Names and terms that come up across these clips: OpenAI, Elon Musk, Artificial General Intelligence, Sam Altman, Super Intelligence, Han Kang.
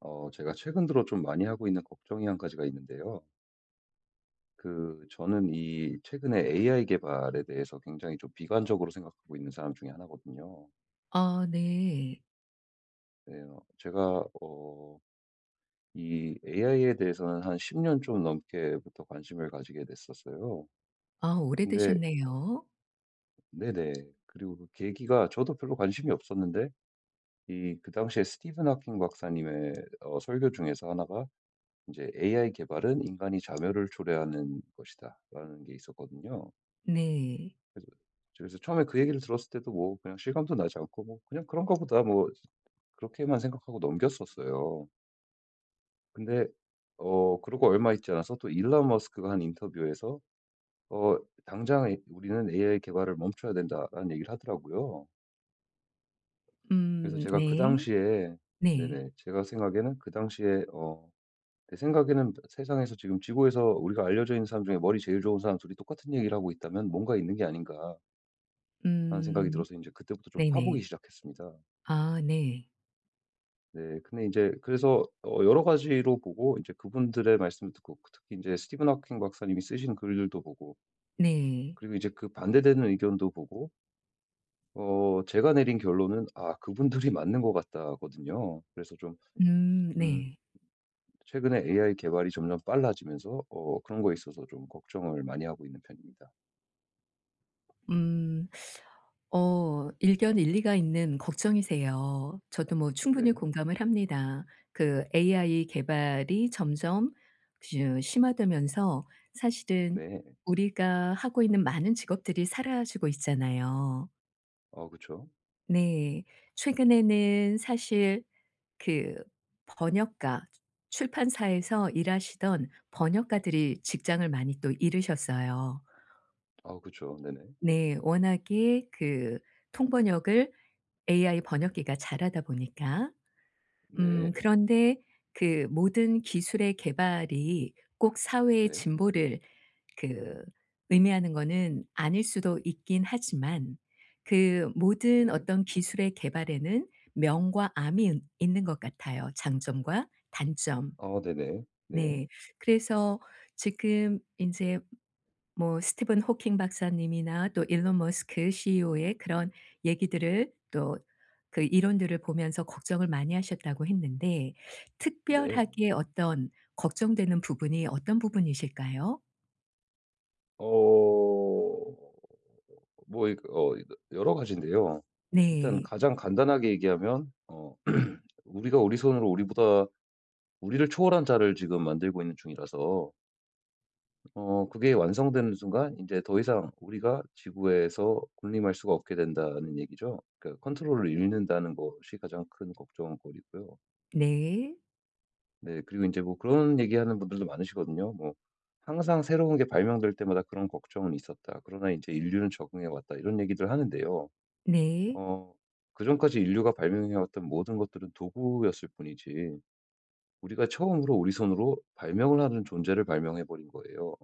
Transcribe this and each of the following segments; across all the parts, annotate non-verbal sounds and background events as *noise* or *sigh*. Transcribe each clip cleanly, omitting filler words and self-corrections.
제가 최근 들어 좀 많이 하고 있는 걱정이 한 가지가 있는데요. 저는 이 최근에 AI 개발에 대해서 굉장히 좀 비관적으로 생각하고 있는 사람 중에 하나거든요. 아 네. 네, 이 AI에 대해서는 한 10년 좀 넘게부터 관심을 가지게 됐었어요. 아 근데, 오래되셨네요. 네네. 그리고 그 계기가 저도 별로 관심이 없었는데, 그 당시에 스티븐 하킹 박사님의 설교 중에서 하나가 이제 AI 개발은 인간이 자멸을 초래하는 것이다, 라는 게 있었거든요. 네. 그래서 그래서 처음에 그 얘기를 들었을 때도 뭐 그냥 실감도 나지 않고 뭐 '그냥 그런가 보다.' 뭐 그렇게만 생각하고 넘겼었어요. 근데 그러고 얼마 있지 않아서 또 일론 머스크가 한 인터뷰에서 어 "당장 우리는 AI 개발을 멈춰야 된다."라는 얘기를 하더라고요. 그래서 제가 그 네. 당시에. 네. 네네. 제가 생각에는 그 당시에 내 생각에는, 세상에서 지금 지구에서 우리가 알려져 있는 사람 중에 머리 제일 좋은 사람 둘이 똑같은 얘기를 하고 있다면 뭔가 있는 게 아닌가 하는 생각이 음 들어서 이제 그때부터 좀 파보기 네네. 시작했습니다. 아 네. 네. 근데 이제 그래서 여러 가지로 보고 이제 그분들의 말씀을 듣고 그 특히 이제 스티븐 하킹 박사님이 쓰신 글들도 보고, 네. 그리고 이제 그 반대되는 의견도 보고 제가 내린 결론은 '아 그분들이 *laughs* 맞는 것 같다.'거든요. 그래서 좀, 음 네. 최근에 AI 개발이 점점 빨라지면서 그런 거에 있어서 좀 걱정을 많이 하고 있는 편입니다. 음 일견 일리가 있는 걱정이세요. 저도 뭐 충분히 네. 공감을 합니다. 그 AI 개발이 점점 그 심화되면서 사실은 네. 우리가 하고 있는 많은 직업들이 사라지고 있잖아요. 어, 그쵸. 네. 최근에는 사실 그 번역가 출판사에서 일하시던 번역가들이 직장을 많이 또 잃으셨어요. 아, 그쵸. 네네. 네. 워낙에 그 통번역을 AI 번역기가 잘하다 보니까. 네. 그런데 그 모든 기술의 개발이 꼭 사회의 네. 진보를 그 의미하는 거는 아닐 수도 있긴 하지만 그 모든 네. 어떤 기술의 개발에는 명과 암이 은 있는 것 같아요, 장점과 단점. 어, 네네. 네. 네. 그래서 지금 인제 뭐 스티븐 호킹 박사님이나 또 일론 머스크 CEO의 그런 얘기들을 또 그 이론들을 보면서 걱정을 많이 하셨다고 했는데, 네. 특별하게 어떤 걱정되는 부분이 어떤 부분이실까요? 어. 뭐 이 여러 가지인데요. 일단 네. 가장 간단하게 얘기하면 *clears throat* 우리가 우리 손으로 우리보다 우리를 초월한 자를 지금 만들고 있는 중이라서, 그게 완성되는 순간 이제 더 이상 우리가 지구에서 군림할 수가 없게 된다는 얘기죠. 그러니까 컨트롤을 잃는다는 것이 가장 큰 걱정거리고요. 네. 네. 그리고 이제 뭐 그런 얘기하는 분들도 많으시거든요. 뭐 "항상 새로운 게 발명될 때마다 그런 걱정은 있었다. 그러나 이제 인류는 적응해 왔다." 이런 얘기들 하는데요. 네. 어 그전까지 인류가 발명해 왔던 모든 것들은 도구였을 뿐이지, 우리가 처음으로 우리 손으로 발명을 하는 존재를 발명해 버린 거예요.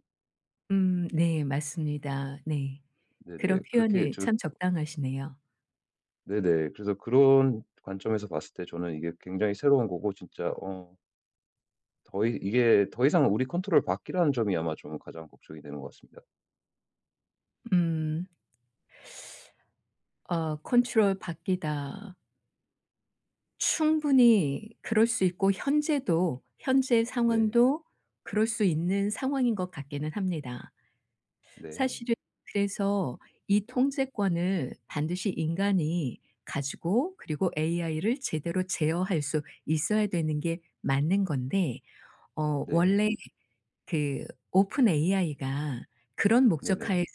네 맞습니다. 네. 네네. 그런 그렇게 표현이 저. 참 적당하시네요. 네네. 그래서 그런 관점에서 봤을 때 저는 이게 굉장히 새로운 거고 진짜 더 이 이게 더 이상 우리 컨트롤 밖이라는 점이 아마 좀 가장 걱정이 되는 것 같습니다. 음 '컨트롤 받기다.' 충분히 그럴 수 있고 현재도 현재 네. 상황도 그럴 수 있는 상황인 것 같기는 합니다. 네. 사실은 그래서 이 통제권을 반드시 인간이 가지고 그리고 AI를 제대로 제어할 수 있어야 되는 게 맞는 건데, 네. 원래 그 오픈 AI가 그런 네네. 목적하에서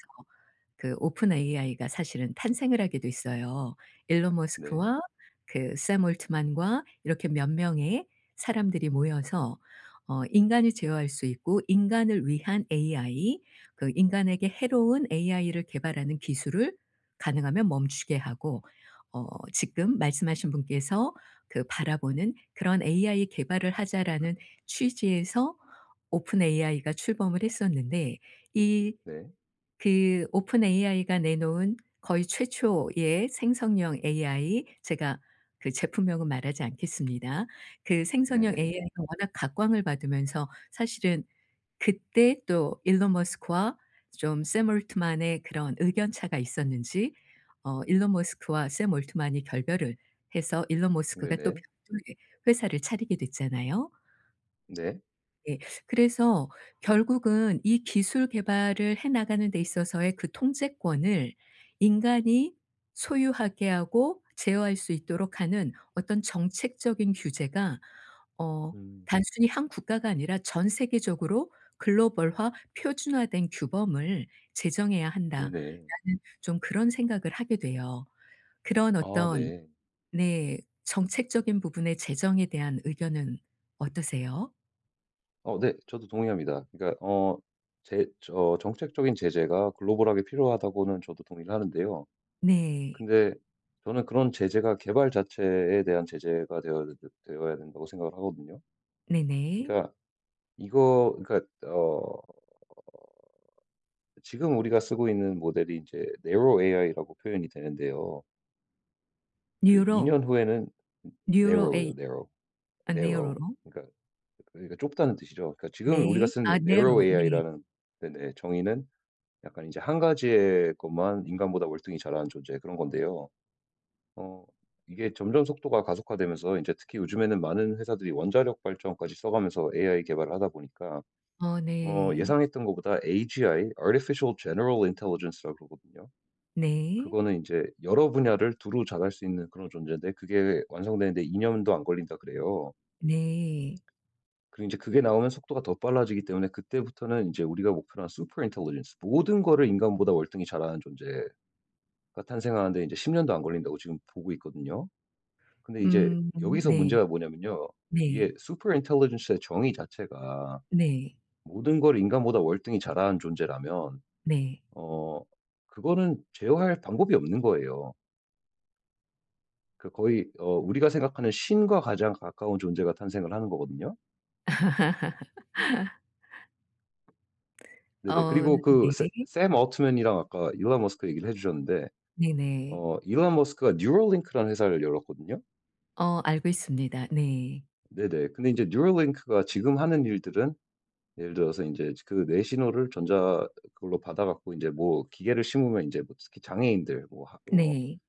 그 오픈 AI가 사실은 탄생을 하게 됐어요. 일론 네. 머스크와 그 샘 올트만과 이렇게 몇 명의 사람들이 모여서 인간을 제어할 수 있고 인간을 위한 AI, 그 인간에게 해로운 AI를 개발하는 기술을 가능하면 멈추게 하고, 어 지금 말씀하신 분께서 그 바라보는 그런 'AI 개발을 하자.'라는 취지에서 오픈 AI가 출범을 했었는데, 이 네. 그 오픈 AI가 내놓은 거의 최초의 생성형 AI, 제가 그 제품명은 말하지 않겠습니다. 그 생성형 네. 네네. AI가 워낙 각광을 받으면서 사실은 그때 또 일론 머스크와 좀 샘 올트만의 그런 의견 차가 있었는지, 일론 머스크와 샘 올트만이 결별을 해서 일론 머스크가 또 네네. 별도의 회사를 차리게 됐잖아요. 네. 네. 그래서 결국은 이 기술 개발을 해 나가는 데 있어서의 그 통제권을 인간이 소유하게 하고 제어할 수 있도록 하는 어떤 정책적인 규제가 어 음. 단순히 한 국가가 아니라 전 세계적으로 글로벌화 표준화된 규범을 제정해야 한다라는 네네. 좀 그런 생각을 하게 돼요. 그런 아, 어떤 네. 네 정책적인 부분의 제정에 대한 의견은 어떠세요? 어, 네. 저도 동의합니다. 그러니까 제 저 정책적인 제재가 글로벌하게 필요하다고는 저도 동의를 하는데요. 네. 근데 저는 그런 제재가 개발 자체에 대한 제재가 되어야 된다고 생각을 하거든요. 네네. 그러니까 그러니까 어 지금 우리가 쓰고 있는 모델이 이제 narrow AI라고 표현이 되는데요. 그 2 뉴로, 년 후에는 narrow 요 뉴로에 narrow, 아 narrow. 네로로. 그러니까 그러니까 좁다는 뜻이죠. 그러니까 지금 우리가 네. 아 쓰는 narrow 네로. 네. AI라는, 네네, 정의는 약간 이제 한 가지의 것만 인간보다 월등히 잘하는 존재 그런 건데요. 어 이게 점점 속도가 가속화되면서 이제 특히 요즘에는 많은 회사들이 원자력 발전까지 써 가면서 AI 개발을 하다 보니까 어 네. 예상했던 것보다, AGI Artificial General Intelligence라고 그러거든요. 네. 그거는 이제 여러 분야를 두루 잘할 수 있는 그런 존재인데, 그게 완성되는데 2 년도 안 걸린다 그래요. 네. 그리고 이제 그게 나오면 속도가 더 빨라지기 때문에 그때부터는 이제 우리가 목표로 한 Super Intelligence, 모든 거를 인간보다 월등히 잘하는 존재 가 탄생하는데 이제10 년도 안 걸린다고 지금 보고 있거든요. 근데 이제 음 여기서 네. 문제가 뭐냐면요. 네. 이게 super intelligence의 정의 자체가 네. 모든 걸 인간보다 월등히 잘하는 존재라면 네. 어 그거는 제어할 방법이 없는 거예요. 그 거의 우리가 생각하는 신과 가장 가까운 존재가 탄생을 하는 거거든요. 네네. 어 그리고 네. 샘올트맨이랑 아까 일론 머스크 얘기를 해 주셨는데 네네. 일론 머스크가 뉴럴링크라는 회사를 열었거든요. 어 알고 있습니다. 네. 네네. 근데 이제 뉴럴링크가 지금 하는 일들은, 예를 들어서 이제 그 뇌신호를 전자 그걸로 받아 갖고 이제 뭐 기계를 심으면 이제 뭐 특히 장애인들 뭐 네.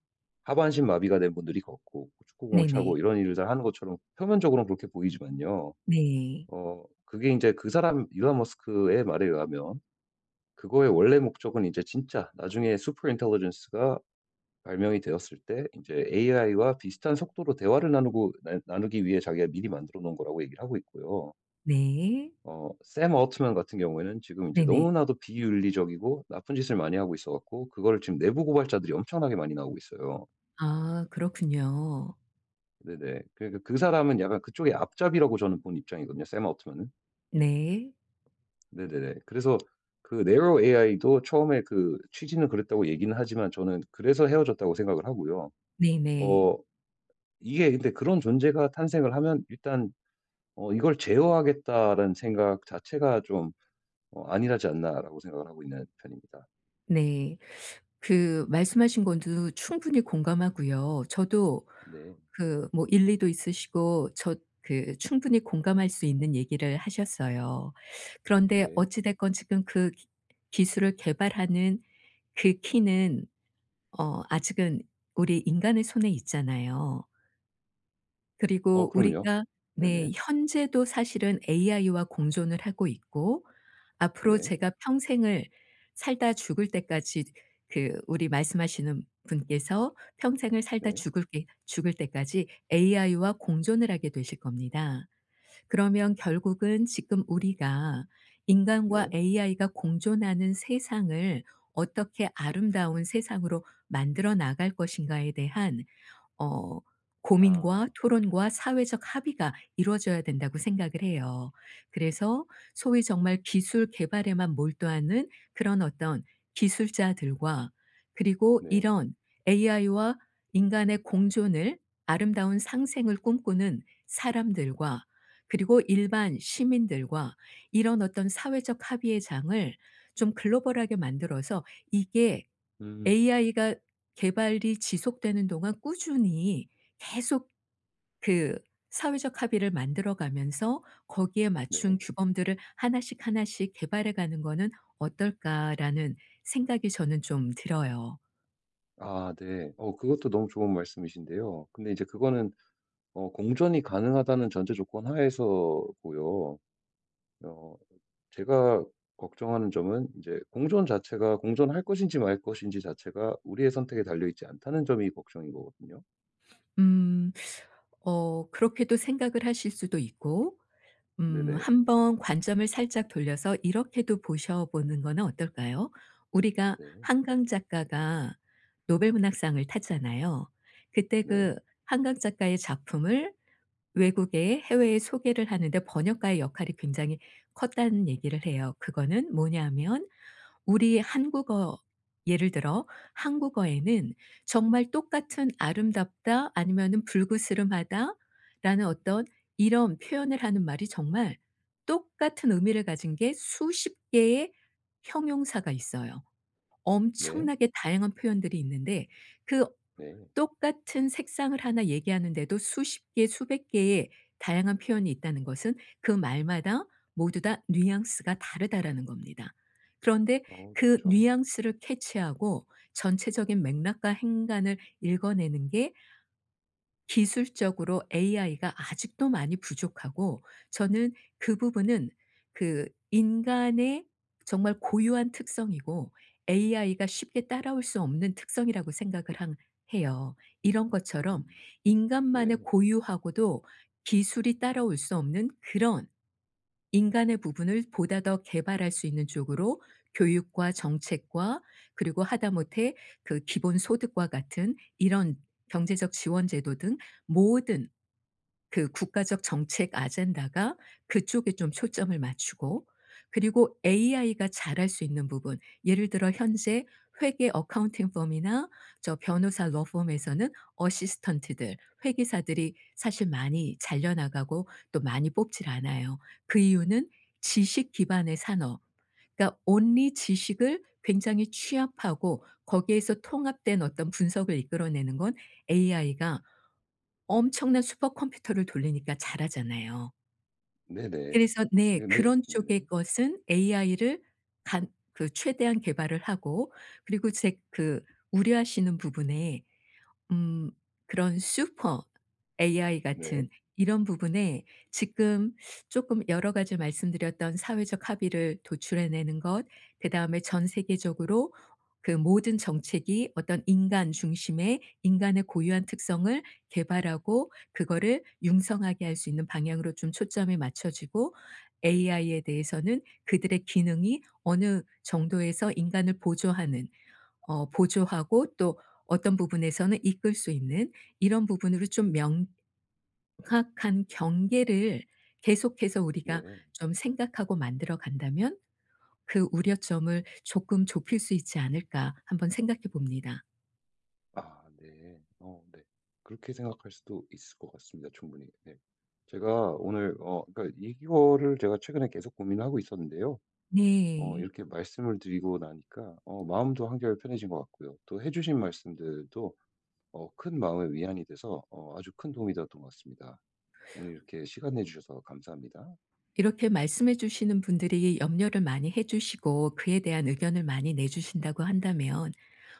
하반신 마비가 된 분들이 걷고 축구공을 네네. 차고 이런 일을 다 하는 것처럼, 표면적으로는 그렇게 보이지만요. 네. 그게 이제 그 사람 일론 머스크의 말에 의하면 그거의 원래 목적은 이제 진짜 나중에 슈퍼 인텔리전스가 발명이 되었을 때 이제 AI와 비슷한 속도로 대화를 나누고 나누기 위해 자기가 미리 만들어 놓은 거라고 얘기를 하고 있고요. 네. 샘 알트만 같은 경우에는 지금 이제 네네. 너무나도 비윤리적이고 나쁜 짓을 많이 하고 있어 갖고 그거를 지금 내부 고발자들이 엄청나게 많이 나오고 있어요. 아 그렇군요. 네네. 그러니까 그 사람은 약간 그쪽의 앞잡이라고 저는 본 입장이거든요, 샘 알트만은. 네. 네네네. 그래서 그 네로 AI도 처음에 그 취지는 그랬다고 얘기는 하지만 저는 그래서 헤어졌다고 생각을 하고요. 네네. 어 이게 근데 그런 존재가 탄생을 하면 일단 '이걸 제어하겠다.'라는 생각 자체가 좀 '안일하지 않나.'라고 생각을 하고 있는 편입니다. 네. 그 말씀하신 건도 충분히 공감하고요. 저도 네. 그 뭐 일리도 있으시고 저 그 충분히 공감할 수 있는 얘기를 하셨어요. 그런데 네. 어찌 됐건 지금 그 기 기술을 개발하는 그 키는 아직은 우리 인간의 손에 있잖아요. 어, 그리고 그럼요. 우리가 네 네네. 현재도 사실은 AI와 공존을 하고 있고, 앞으로 네. 제가 평생을 살다 죽을 때까지, 그 우리 말씀하시는 분께서 평생을 살다 네. 죽을 게 죽을 때까지 AI와 공존을 하게 되실 겁니다. 그러면 결국은 지금 우리가 인간과 네. AI가 공존하는 세상을 어떻게 아름다운 세상으로 만들어 나갈 것인가에 대한 어 고민과 아, 토론과 사회적 합의가 이루어져야 된다고 생각을 해요. 그래서 소위 정말 기술 개발에만 몰두하는 그런 어떤 기술자들과, 그리고 네. 이런 AI와 인간의 공존을 아름다운 상생을 꿈꾸는 사람들과, 그리고 일반 시민들과 이런 어떤 사회적 합의의 장을 좀 글로벌하게 만들어서 이게 음, AI가 개발이 지속되는 동안 꾸준히 계속 그 사회적 합의를 만들어 가면서 거기에 맞춘 네. 규범들을 하나씩 하나씩 개발해 가는 거는 어떨까라는 생각이 저는 좀 들어요. 아, 네. 그것도 너무 좋은 말씀이신데요. 근데 이제 그거는 공존이 가능하다는 전제 조건 하에서고요. 어 제가 걱정하는 점은 이제 공존 자체가, 공존할 것인지 말 것인지 자체가 우리의 선택에 달려 있지 않다는 점이 걱정인 거거든요. 음. 그렇게도 생각을 하실 수도 있고, 네네. 한번 관점을 살짝 돌려서 이렇게도 보셔보는 거는 어떨까요? 우리가 네. 한강 작가가 노벨 문학상을 탔잖아요. 그때 네. 그 한강 작가의 작품을 외국에 해외에 소개를 하는데 번역가의 역할이 굉장히 컸다는 얘기를 해요. 그거는 뭐냐면 우리 한국어, 예를 들어 한국어에는 정말 똑같은 아름답다 아니면은 불그스름하다라는 어떤 이런 표현을 하는 말이 정말 똑같은 의미를 가진 게 수십 개의 형용사가 있어요. 네. 엄청나게 다양한 표현들이 있는데 그 네. 똑같은 색상을 하나 얘기하는데도 수십 개 수백 개의 다양한 표현이 있다는 것은 그 말마다 모두 다 뉘앙스가 다르다라는 겁니다. 그런데 어, 그 그쵸. 뉘앙스를 캐치하고 전체적인 맥락과 행간을 읽어내는 게 기술적으로 AI가 아직도 많이 부족하고, 저는 그 부분은 그 인간의 정말 고유한 특성이고 AI가 쉽게 따라올 수 없는 특성이라고 생각을 한 해요. 이런 것처럼 음. 네. 인간만의 고유하고도 기술이 따라올 수 없는 그런 인간의 부분을 보다 더 개발할 수 있는 쪽으로 교육과 정책과, 그리고 하다못해 그 기본소득과 같은 이런 경제적 지원 제도 등 모든 그 국가적 정책 아젠다가 그쪽에 좀 초점을 맞추고, 그리고 AI가 잘할 수 있는 부분 예를 들어 현재 회계 어카운팅 펌이나 저 변호사 러 펌에서는 어시스턴트들, 회계사들이 사실 많이 잘려 나가고 또 많이 뽑질 않아요. 그 이유는 지식 기반의 산업. 그러니까 온리 지식을 굉장히 취합하고 거기에서 통합된 어떤 분석을 이끌어내는 건 AI가 엄청난 슈퍼컴퓨터를 돌리니까 잘하잖아요. 네네. 그래서 네 네네. 그런 네네. 쪽의 것은 AI를 간 그 최대한 개발을 하고, 그리고 제 그 우려하시는 부분에, 음 그런 슈퍼 AI 네. 같은 이런 부분에 지금 조금 여러 가지 말씀드렸던 사회적 합의를 도출해 내는 것, 그다음에 전 세계적으로 그 모든 정책이 어떤 인간 중심의 인간의 고유한 특성을 개발하고 그거를 융성하게 할 수 있는 방향으로 좀 초점이 맞춰지고, AI에 대해서는 그들의 기능이 어느 정도에서 인간을 보조하는, 어 보조하고 또 어떤 부분에서는 이끌 수 있는 이런 부분으로 좀 명확한 경계를 계속해서 우리가 네. 좀 생각하고 만들어 간다면 그 우려점을 조금 좁힐 수 있지 않을까 한번 생각해 봅니다. 아, 네. 어, 네. 그렇게 생각할 수도 있을 것 같습니다 충분히. 네. 제가 오늘 그러니까 이거를 제가 최근에 계속 고민을 하고 있었는데요. 네. 이렇게 말씀을 드리고 나니까 마음도 한결 편해진 것 같고요. 또 해 주신 말씀들도 큰 마음의 위안이 돼서 아주 큰 도움이 되었던 것 같습니다. 오늘 이렇게 시간 내 주셔서 감사합니다. 이렇게 말씀해 주시는 분들이 염려를 많이 해 주시고 그에 대한 의견을 많이 내 주신다고 한다면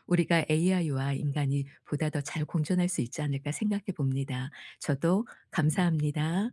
우리가 'AI와 인간이 보다 더 잘 공존할 수 있지 않을까.' 생각해 봅니다. 저도 감사합니다.